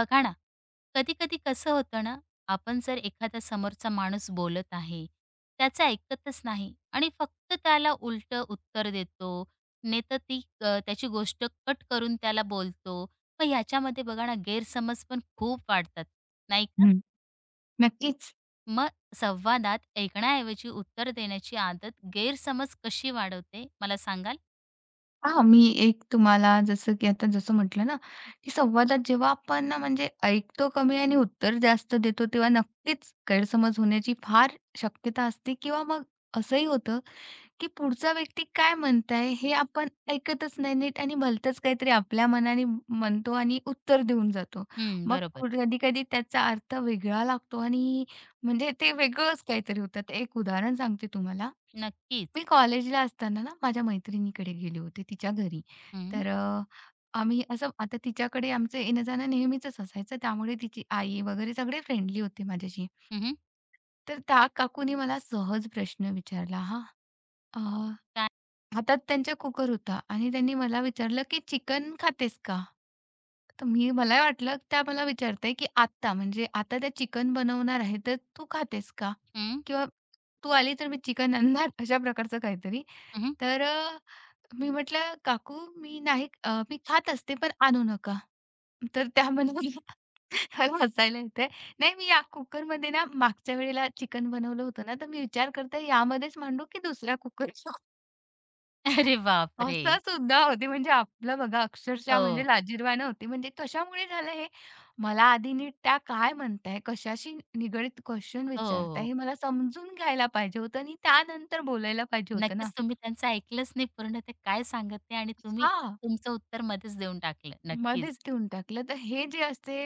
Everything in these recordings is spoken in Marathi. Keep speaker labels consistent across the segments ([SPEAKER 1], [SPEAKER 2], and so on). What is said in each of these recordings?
[SPEAKER 1] बघा ना, कधी-कधी कसं होतं ना, आपण जर एखादा समोरचा माणूस बोलत आहे, त्याचं ऐकतच नाही आणि फक्त त्याला उलटं उत्तर देतो, नाही तर ती त्याची गोष्ट कट करून त्याला बोलतो. मग ह्याच्यामध्ये बघा ना, गैरसमज पण खूप वाढतात, नाही का?
[SPEAKER 2] हं, नक्कीच.
[SPEAKER 1] मग संवादात ऐकण्याऐवजी उत्तर देण्याची आदत गैरसमज कशी वाढवते, मला सांगाल?
[SPEAKER 2] हां, मी एक तुम्हाला जसं की आता जसं म्हटलं ना, की संवादात जेव्हा आपण ना म्हणजे ऐकतो कमी आणि उत्तर जास्त देतो, तेव्हा नक्कीच गैरसमज होण्याची फार शक्यता असते किंवा मग असंही होतं, की पुढचा व्यक्ती काय म्हणत आहे हे आपण ऐकतच नाही नीट आणि भलतंच काहीतरी आपल्या मनाने म्हणतो आणि उत्तर देऊन जातो.
[SPEAKER 1] हं,
[SPEAKER 2] मग
[SPEAKER 1] बरोबर.
[SPEAKER 2] कधी-कधी त्याचा अर्थ वेगळा लागतो आणि म्हणजे ते वेगळंच काहीतरी होतं. तर एक उदाहरण सांगते तुम्हाला.
[SPEAKER 1] नक्कीच.
[SPEAKER 2] मी कॉलेजला असताना ना, माझ्या मैत्रिणीकडे गेले होते तिच्या घरी. तर अ, आम्ही असं आता तिच्याकडे आमचं येणं-जाणं नेहमीचंच असायचं. त्यामुळे तिची आई वगैरे सगळे फ्रेंडली होते माझ्याशी.
[SPEAKER 1] हं, हं.
[SPEAKER 2] तर त्या काकूनी मला सहज प्रश्न विचारला अ,
[SPEAKER 1] काय?
[SPEAKER 2] हातात त्यांच्या कुकर होता आणि त्यांनी मला विचारलं, की "चिकन खातेस का?" तर मी मला वाटलं त्या मला विचारताय, की आत्ता म्हणजे आता त्या चिकन बनवणार आहे, तर "तू खातेस का?"
[SPEAKER 1] हं,
[SPEAKER 2] किंवा "तू आली तर मी चिकन आणणार" अशा प्रकारचं काहीतरी.
[SPEAKER 1] हं.
[SPEAKER 2] तर मी म्हटलं, "काकू मी नाही मी खात असते पण आणू नका." तर त्या म्हणाल्या मला हसायला येतंय. "नाही मी या कुकरमध्ये ना मागच्या वेळेला चिकन बनवलं होतं ना, तर मी विचार करते यामध्येच मांडू की दुसऱ्या कुकर"
[SPEAKER 1] अरे बापरे!
[SPEAKER 2] असं सुद्धा होते. म्हणजे आपलं बघा अक्षरशः म्हणजे
[SPEAKER 1] हो.
[SPEAKER 2] लाजिरवाणं होती. म्हणजे कशामुळे झालं हे? मला आधी नीट त्या काय म्हणताय, कशाशी निगडीत क्वेशन
[SPEAKER 1] हो,
[SPEAKER 2] विचारताय
[SPEAKER 1] हो.
[SPEAKER 2] हे मला समजून घ्यायला पाहिजे होतं आणि त्यानंतर बोलायला पाहिजे होतं ना.
[SPEAKER 1] नक्कीच तुम्ही त्यांचं ऐकलंच नाही पूर्ण ते काय सांगत आहे आणि तुम्ही
[SPEAKER 2] हां.
[SPEAKER 1] तुमचं उत्तर मध्येच देऊन टाकलं.
[SPEAKER 2] मध्येच
[SPEAKER 1] नक्कीच.
[SPEAKER 2] ठेवून टाकलं. तर हे जे असते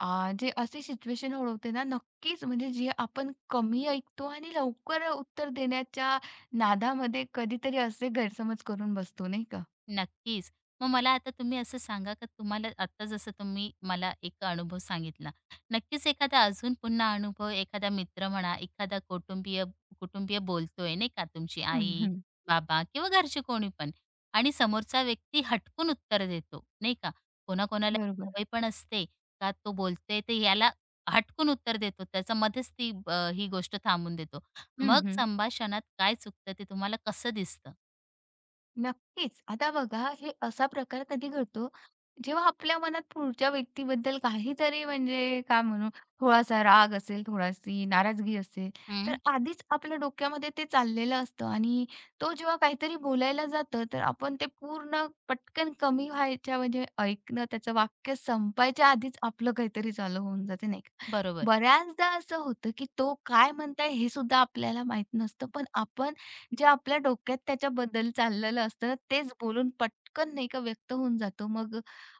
[SPEAKER 2] जे अशी सिच्युएशन ओळवते ना, नक्कीच म्हणजे जे आपण कमी ऐकतो आणि लवकर उत्तर देण्याच्या नादामध्ये कधीतरी असे गैरसमज करून बसतो, नाही का?
[SPEAKER 1] नक्कीच. मग मला आता तुम्ही असं सांगा का तुम्हाला आत्ता जसं तुम्ही मला एक अनुभव सांगितला. नक्कीच एखादा अजून पुन्हा अनुभव एखादा मित्र म्हणा, एखादा कुटुंबीय कुटुंबीय बोलतोय नाही का, तुमची
[SPEAKER 2] हं,
[SPEAKER 1] आई,
[SPEAKER 2] हं.
[SPEAKER 1] बाबा किंवा घरचे कोणी पण आणि समोरचा व्यक्ती हटकून उत्तर देतो, नाही का. कोणाकोणाला
[SPEAKER 2] बरोबर.
[SPEAKER 1] सवय पण असते का तो बोलतोय तर याला हटकून उत्तर देतो. त्याच्यामध्येच ती ही गोष्ट थांबून देतो.
[SPEAKER 2] हं,
[SPEAKER 1] मग
[SPEAKER 2] हं.
[SPEAKER 1] संभाषणात काय चुकतं ते तुम्हाला कसं दिसतं?
[SPEAKER 2] नक्कीच. आता बघा, हे असा प्रकार कधी घडतो, जेव्हा आपल्या मनात पुढच्या व्यक्तीबद्दल काहीतरी म्हणजे काय म्हणू, थोडासा राग असेल, थोडीशी नाराजगी असेल, तर
[SPEAKER 1] हं,
[SPEAKER 2] आधीच आपल्या डोक्यामध्ये ते चाललेलं असतं आणि तो जेव्हा काहीतरी बोलायला जातं, तर आपण ते पूर्ण पटकन कमी व्हायच्या म्हणजे ऐकणं, त्याचं वाक्य संपायच्या आधीच आपलं काहीतरी चालू होऊन जाते, नाही का?
[SPEAKER 1] बरोबर.
[SPEAKER 2] बऱ्याचदा असं होतं, की तो काय म्हणताय हे सुद्धा आपल्याला माहीत नसतं, पण आपण जे आपल्या डोक्यात त्याच्याबद्दल चाललेलं असतं तेच बोलून पटकन नाही का व्यक्त होऊन जातो. मग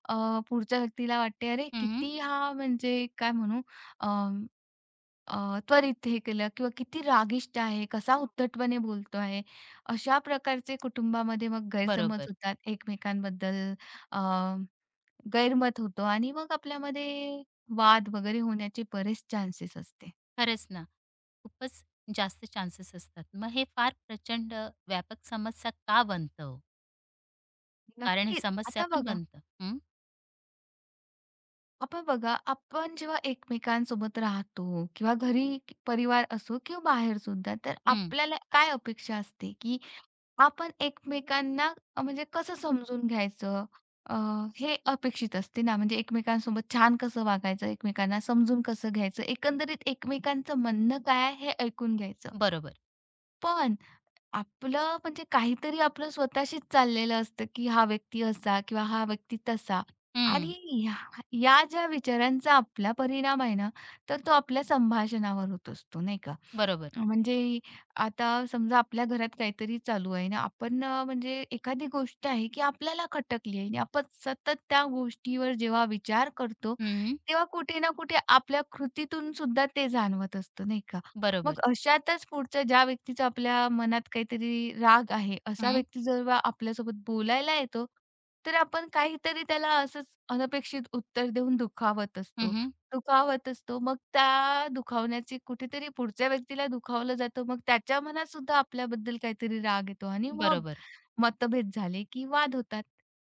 [SPEAKER 2] अ, पुढच्या व्यक्तीला वाटते, "अरे
[SPEAKER 1] हं.
[SPEAKER 2] किती हा म्हणजे काय म्हणू अ, अ, त्वरित हे केलं किंवा किती रागिष्ट आहे, कसा उद्धटपणे बोलतो आहे." अशा प्रकारचे कुटुंबामध्ये मग गैरसमज
[SPEAKER 1] बरोबर.
[SPEAKER 2] होतात एकमेकांबद्दल अ, गैरमत होतो आणि मग आपल्यामध्ये वाद वगैरे होण्याचे बरेच चान्सेस असते.
[SPEAKER 1] खरंच ना. खूपच जास्त चान्सेस असतात. मग हे फार प्रचंड व्यापक समस्या का बनतं हो? कारण ही
[SPEAKER 2] नक्कीच.
[SPEAKER 1] समस्या
[SPEAKER 2] आता
[SPEAKER 1] पण
[SPEAKER 2] बघा
[SPEAKER 1] बनतं. हं,
[SPEAKER 2] आपण बघा, आपण जेव्हा एकमेकांसोबत राहतो किंवा घरी परिवार असो किंवा बाहेर सुद्धा, तर
[SPEAKER 1] हं.
[SPEAKER 2] आपल्याला काय अपेक्षा असते, की आपण एकमेकांना म्हणजे कसं समजून घ्यायचं? अ, हे अपेक्षित असते ना, म्हणजे एकमेकांसोबत छान कसं वागायचं, एकमेकांना समजून कसं घ्यायचं, एकंदरीत एकमेकांचं म्हणणं काय आहे हे ऐकून घ्यायचं.
[SPEAKER 1] बरोबर.
[SPEAKER 2] पण आपलं म्हणजे काहीतरी आपलं स्वतःशीच चाललेलं असतं, की हा व्यक्ती असा किंवा हा व्यक्ती तसा.
[SPEAKER 1] हं.
[SPEAKER 2] आणि या या ज्या विचारांचा आपला परिणाम आहे ना, तर तो आपल्या संभाषणावर होत असतो, नाही का?
[SPEAKER 1] बरोबर.
[SPEAKER 2] म्हणजे आता समजा आपल्या घरात काहीतरी चालू आहे ना, आपण म्हणजे एखादी गोष्ट आहे, की आपल्याला खटकली आहे आणि आपण सतत त्या गोष्टीवर जेव्हा विचार करतो,
[SPEAKER 1] हं.
[SPEAKER 2] तेव्हा कुठे ना कुठे आपल्या कृतीतून सुद्धा ते जाणवत असतं, नाही का?
[SPEAKER 1] बरोबर.
[SPEAKER 2] मग अशातच पुढच्या ज्या व्यक्तीचा आपल्या मनात काहीतरी राग आहे, असा
[SPEAKER 1] हं.
[SPEAKER 2] व्यक्ती जेव्हा आपल्यासोबत बोलायला येतो, तर आपण काहीतरी त्याला असंच अनपेक्षित उत्तर देऊन दुखावत
[SPEAKER 1] हं,
[SPEAKER 2] असतो,
[SPEAKER 1] हं.
[SPEAKER 2] दुखावत असतो. मग त्या दुखावण्याची कुठेतरी पुढच्या व्यक्तीला दुखावलं जातं. मग त्याच्या मनात सुद्धा आपल्याबद्दल काहीतरी राग येतो आणि मग
[SPEAKER 1] बरोबर.
[SPEAKER 2] मतभेद झाले की वाद होतात.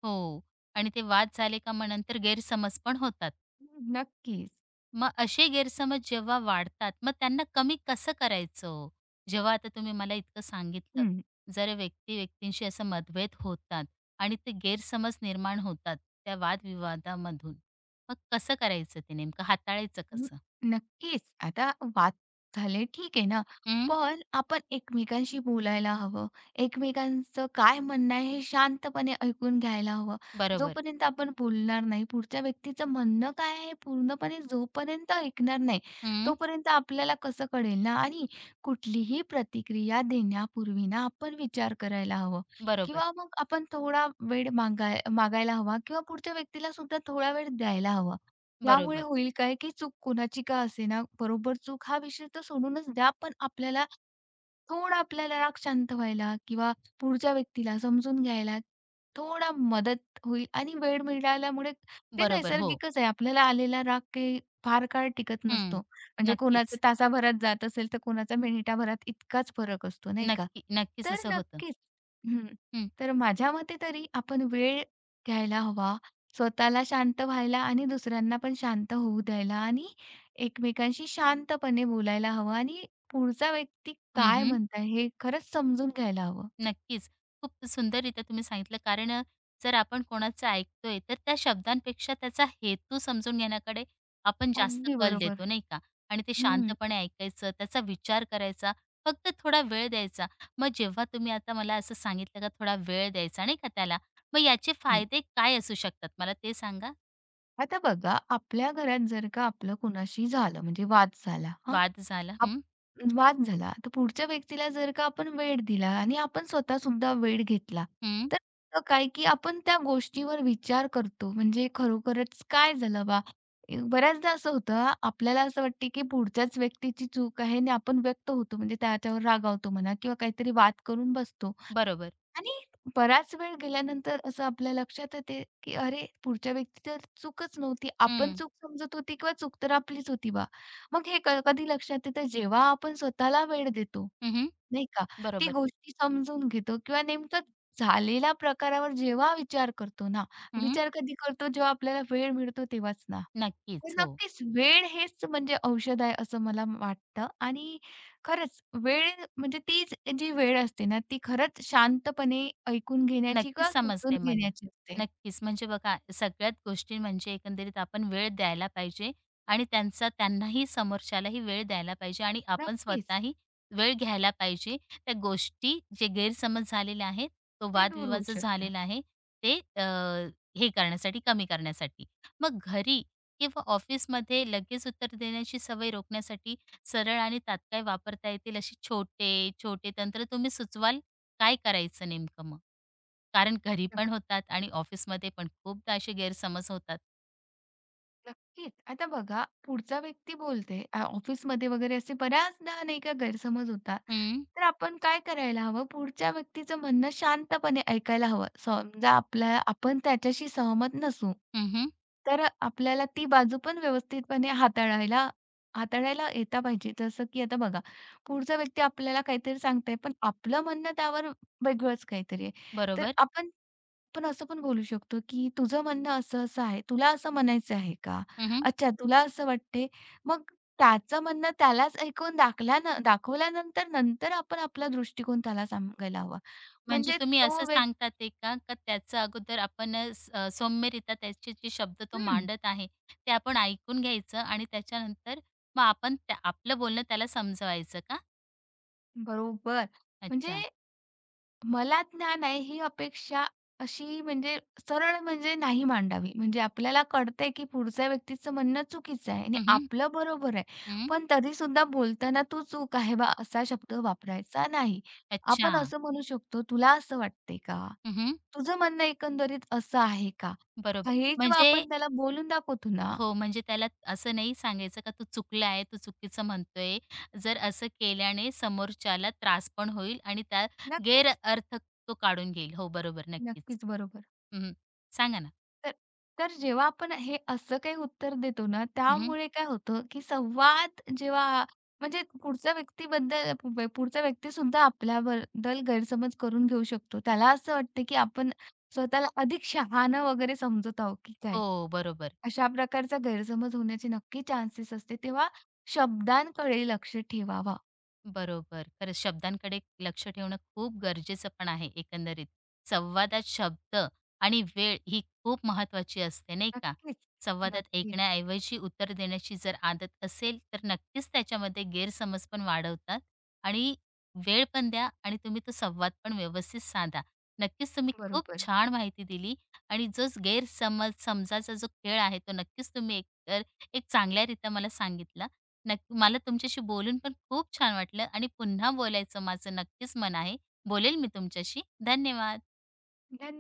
[SPEAKER 1] हो. आणि ते वाद झाले का मग नंतर गैरसमज पण होतात.
[SPEAKER 2] हम्म, नक्कीच.
[SPEAKER 1] मग असे गैरसमज जेव्हा वाढतात, मग त्यांना कमी कसं करायचं ओ? जेव्हा आता तुम्ही मला इतकं सांगितलं, जर व्यक्ती-व्यक्तींशी असं मतभेद होतात आणि ते गैरसमज निर्माण होतात त्या वादविवादामधून, मग कसं करायचं ते नेमकं हाताळायचं
[SPEAKER 2] हं,
[SPEAKER 1] कसं?
[SPEAKER 2] नक्कीच. आता वाद झाले ठीक आहे ना,
[SPEAKER 1] हं,
[SPEAKER 2] पण आपण एकमेकांशी बोलायला हवं. एकमेकांचं काय म्हणणं आहे हे शांतपणे ऐकून घ्यायला हवं.
[SPEAKER 1] बरोबर.
[SPEAKER 2] जोपर्यंत आपण बोलणार नाही, पुढच्या व्यक्तीचं म्हणणं काय आहे पूर्णपणे जोपर्यंत ऐकणार नाही,
[SPEAKER 1] हं,
[SPEAKER 2] तोपर्यंत आपल्याला कसं कळेल ना? आणि कुठलीही प्रतिक्रिया देण्यापूर्वी ना आपण विचार करायला हवं
[SPEAKER 1] बरोबर,
[SPEAKER 2] किंवा मग आपण थोडा वेळ मागायला हवा किंवा पुढच्या व्यक्तीला सुद्धा थोडा वेळ द्यायला हवा. यामुळे
[SPEAKER 1] बरोबर,
[SPEAKER 2] होईल काय, की चूक कोणाची का असेना, बरोबर चूक हा विषय तर सोडूनच द्या, पण आपल्याला थोडा आपल्याला राग शांत व्हायला किंवा पुढच्या व्यक्तीला समजून घ्यायला थोडा मदत होईल आणि वेळ मिळाल्यामुळे ते
[SPEAKER 1] बरोबर. हो.
[SPEAKER 2] नैसर्गिकच आहे. आपल्याला आलेला राग काही फार काळ टिकत नसतो.
[SPEAKER 1] हं.
[SPEAKER 2] म्हणजे कोणाचा
[SPEAKER 1] नक्कीच.
[SPEAKER 2] तासाभरात जात असेल तर कोणाचा मिनिटाभरात इतकाच फरक असतो, नाही का?
[SPEAKER 1] नक्की, नक्कीच
[SPEAKER 2] तर
[SPEAKER 1] असं होतं.
[SPEAKER 2] नक्कीच हं.
[SPEAKER 1] हं.
[SPEAKER 2] तर माझ्या मते तरी आपण वेळ घ्यायला हवा, स्वतःला शांत व्हायला आणि दुसऱ्यांना पण शांत होऊ द्यायला आणि एकमेकांशी शांतपणे बोलायला हवं आणि पुढचा व्यक्ती
[SPEAKER 1] हं,
[SPEAKER 2] काय
[SPEAKER 1] हं.
[SPEAKER 2] म्हणताय हे खरंच समजून घ्यायला हवं.
[SPEAKER 1] नक्कीच. खूप सुंदररीत्या तुम्ही सांगितलं कारण जर आपण कोणाचं ऐकतोय तर त्या शब्दांपेक्षा त्याचा हेतू समजून घेण्याकडे आपण जास्त
[SPEAKER 2] अगदी
[SPEAKER 1] कल देतो
[SPEAKER 2] बरोबर.
[SPEAKER 1] नाही का? आणि ते
[SPEAKER 2] हं,
[SPEAKER 1] शांतपणे ऐकायचं, त्याचा विचार करायचा, फक्त थोडा वेळ द्यायचा. मग जेव्हा तुम्ही आता मला असं सांगितलं का थोडा वेळ द्यायचा नाही का त्याला, मग याचे
[SPEAKER 2] हं.
[SPEAKER 1] फायदे काय असू शकतात मला ते सांगा?
[SPEAKER 2] आता बघा आपल्या घरात जर का आपलं कोणाशी झालं म्हणजे वाद झाला हां.
[SPEAKER 1] वाद झाला
[SPEAKER 2] आप
[SPEAKER 1] हं,
[SPEAKER 2] वाद झाला तर पुढच्या व्यक्तीला जर का आपण वेळ दिला आणि आपण स्वतःसुद्धा वेळ घेतला,
[SPEAKER 1] हं,
[SPEAKER 2] तर होतं काय की आपण त्या गोष्टीवर विचार करतो म्हणजे खरोखरच काय झालं बा? बऱ्याचदा असं होतं हां, आपल्याला असं वाटते की पुढच्याच व्यक्तीची चूक आहे आणि आपण व्यक्त होतो म्हणजे त्याच्यावर रागावतो म्हणा किंवा काहीतरी वाद करून बसतो.
[SPEAKER 1] बरोबर.
[SPEAKER 2] आणि बराच वेळ गेल्यानंतर असं आपल्या लक्षात येते, की अरे पुढच्या व्यक्ती तर चूकच नव्हती. आपण
[SPEAKER 1] हं,
[SPEAKER 2] चूक समजत होती किंवा चूक तर आपलीच होती बा. मग हे कधी लक्षात येतं जेव्हा आपण स्वतःला वेळ देतो.
[SPEAKER 1] हं, हं,
[SPEAKER 2] नाही का? ती
[SPEAKER 1] बरोबर.
[SPEAKER 2] गोष्टी समजून घेतो किंवा नेमकं झालेल्या प्रकारावर जेव्हा विचार करतो ना,
[SPEAKER 1] हं,
[SPEAKER 2] विचार कधी करतो? जेव्हा आपल्याला वेळ मिळतो तेव्हाच ना. तर
[SPEAKER 1] नक्कीच. हो.
[SPEAKER 2] नक्कीच वेळ हेच म्हणजे औषध आहे असं मला वाटतं आणि खरंच वेळ म्हणजे तीच जी वेळ असते ना, ती खरंच शांतपणे ऐकून घेण्याची
[SPEAKER 1] नक्कीच
[SPEAKER 2] किंवा समजून
[SPEAKER 1] समजते मला.
[SPEAKER 2] घेण्याची असते.
[SPEAKER 1] नक्कीच. म्हणजे बघा सगळ्यात गोष्टी म्हणजे एकंदरीत आपण वेळ द्यायला पाहिजे आणि त्यांचा त्यांनाही समोरच्यालाही वेळ द्यायला पाहिजे आणि आपण
[SPEAKER 2] नक्कीच
[SPEAKER 1] स्वतःही वेळ घ्यायला पाहिजे. त्या गोष्टी जे गैरसमज झालेले आहेत, तो
[SPEAKER 2] ते दूर
[SPEAKER 1] वादविवाद
[SPEAKER 2] होऊ
[SPEAKER 1] जो
[SPEAKER 2] शकतं.
[SPEAKER 1] झालेला आहे ते हे करण्यासाठी, कमी करण्यासाठी. मग घरी किंवा ऑफिसमध्ये लगेच उत्तर देण्याची सवय रोखण्यासाठी सरळ आणि तात्काळ वापरता येतील असे छोटे, छोटे तंत्र तुम्ही सुचवाल? काय करायचं नेमकं मग? कारण घरी
[SPEAKER 2] नक्क
[SPEAKER 1] पण होतात आणि ऑफिसमध्ये पण खूपदा असे गैरसमज होतात.
[SPEAKER 2] नक्कीच. आता बघा पुढचा व्यक्ती बोलते, ऑफिसमध्ये वगैरे असे बऱ्याचदा नाही का गैरसमज होतात.
[SPEAKER 1] हं,
[SPEAKER 2] तर आपण काय करायला हवं, पुढच्या व्यक्तीचं म्हणणं शांतपणे ऐकायला हवं. समजा आपल्या आपण त्याच्याशी सहमत नसू,
[SPEAKER 1] हं, हं.
[SPEAKER 2] तर आपल्याला ती बाजू पण व्यवस्थितपणे हाताळायला हाताळायला येता पाहिजे. जसं की आता बघा, पुढचा व्यक्ती आपल्याला काहीतरी सांगतोय, पण आपलं म्हणणं त्यावर वेगळंच काहीतरी आहे. तर
[SPEAKER 1] बरोबर.
[SPEAKER 2] आपण आपण असं पण बोलू शकतो, की तुझं म्हणणं असं-असं आहे. तुला असं म्हणायचं आहे का?
[SPEAKER 1] हं,
[SPEAKER 2] अच्छा तुला असं वाटते. मग त्याचं म्हणणं त्यालाच ऐकून दाखवल्यानंतर नंतर आपण आपला दृष्टिकोन त्याला सांगायला हवा.
[SPEAKER 1] म्हणजे
[SPEAKER 2] म्हणजे
[SPEAKER 1] तुम्ही
[SPEAKER 2] तो
[SPEAKER 1] असं
[SPEAKER 2] व्यक्ती
[SPEAKER 1] सांगतात ते का, का त्याचं अगोदर आपण सौम्यरित्या त्याचे जे शब्द तो
[SPEAKER 2] हं,
[SPEAKER 1] मांडत आहे, ते आपण ऐकून घ्यायचं आणि त्याच्यानंतर मग आपण त्या आपलं बोलणं त्याला समजवायचं का?
[SPEAKER 2] बरोबर. म्हणजे
[SPEAKER 1] अच्छा.
[SPEAKER 2] मला ज्ञान आहे ही अपेक्षा अशी म्हणजे सरळ म्हणजे नाही मांडावी. म्हणजे आपल्याला कळतंय, की पुढच्या व्यक्तीचं म्हणणं चुकीचं आहे आणि
[SPEAKER 1] हं, हं.
[SPEAKER 2] आपलं बरोबर आहे.
[SPEAKER 1] हं.
[SPEAKER 2] पण तरीसुद्धा बोलताना "तू चूक आहे बा" असा शब्द वापरायचा नाही.
[SPEAKER 1] अच्छा.
[SPEAKER 2] आपण असं म्हणू शकतो, "तुला असं वाटतंय का?
[SPEAKER 1] हं.
[SPEAKER 2] तुझं म्हणणं एकंदरीत असं आहे का?"
[SPEAKER 1] बरोबर.
[SPEAKER 2] हे जेव्हा
[SPEAKER 1] म्हणजे
[SPEAKER 2] आपण त्याला बोलून दाखवतो ना,
[SPEAKER 1] हो, म्हणजे त्याला असं नाही सांगायचं का तू चुकला आहे, तू चुकीचं म्हणतोय. जर असं केल्याने समोरच्याला त्रास पण होईल आणि त्या
[SPEAKER 2] नक्कीच,
[SPEAKER 1] गैरअर्थ तो काढून घेईल. हो, बरोबर, नक्कीच.
[SPEAKER 2] नक्कीच बरोबर.
[SPEAKER 1] हं, सांगा ना.
[SPEAKER 2] तर तर जेव्हा आपण हे असं काही उत्तर देतो ना,
[SPEAKER 1] हं,
[SPEAKER 2] त्यामुळे काय होतं, की संवाद जेव्हा म्हणजे पुढच्या व्यक्तीबद्दल पुढचा व्यक्तीसुद्धा आपल्याबद्दल गैरसमज करून घेऊ शकतो. त्याला असं वाटतं, की आपण स्वतःला अधिक शहाणं वगैरे समजत आहोत की काय.
[SPEAKER 1] हो, बरोबर.
[SPEAKER 2] अशा प्रकारचा गैरसमज होण्याचे नक्की चान्सेस असते. तेव्हा शब्दांकडे लक्ष ठेवावा.
[SPEAKER 1] बरोबर. खरंच शब्दांकडे लक्ष ठेवणं खूप गरजेचं पण आहे एकंदरीत. संवादात शब्द आणि वेळ ही खूप महत्त्वाची असते, नाही का?
[SPEAKER 2] नक्कीच,
[SPEAKER 1] संवादात
[SPEAKER 2] नक्कीच.
[SPEAKER 1] ऐकण्याऐवजी उत्तर देण्याची जर आदत असेल, तर नक्कीच त्याच्यामध्ये गैरसमज पण वाढवतात आणि वेळ पण द्या आणि तुम्ही तो संवाद पण व्यवस्थित साधा. नक्कीच तुम्ही खूप
[SPEAKER 2] बरोबर.
[SPEAKER 1] छान माहिती दिली आणि जो गैरसमज समजाचा जो खेळ आहे, तो नक्कीच तुम्ही एकतर एक चांगल्यारीत्या मला सांगितला. नक्की मला तुमच्याशी बोलून पण खूप छान वाटलं आणि पुन्हा बोलायचं माझं नक्कीच मन आहे. बोलेल मी तुमच्याशी. धन्यवाद.
[SPEAKER 2] धन्यवाद.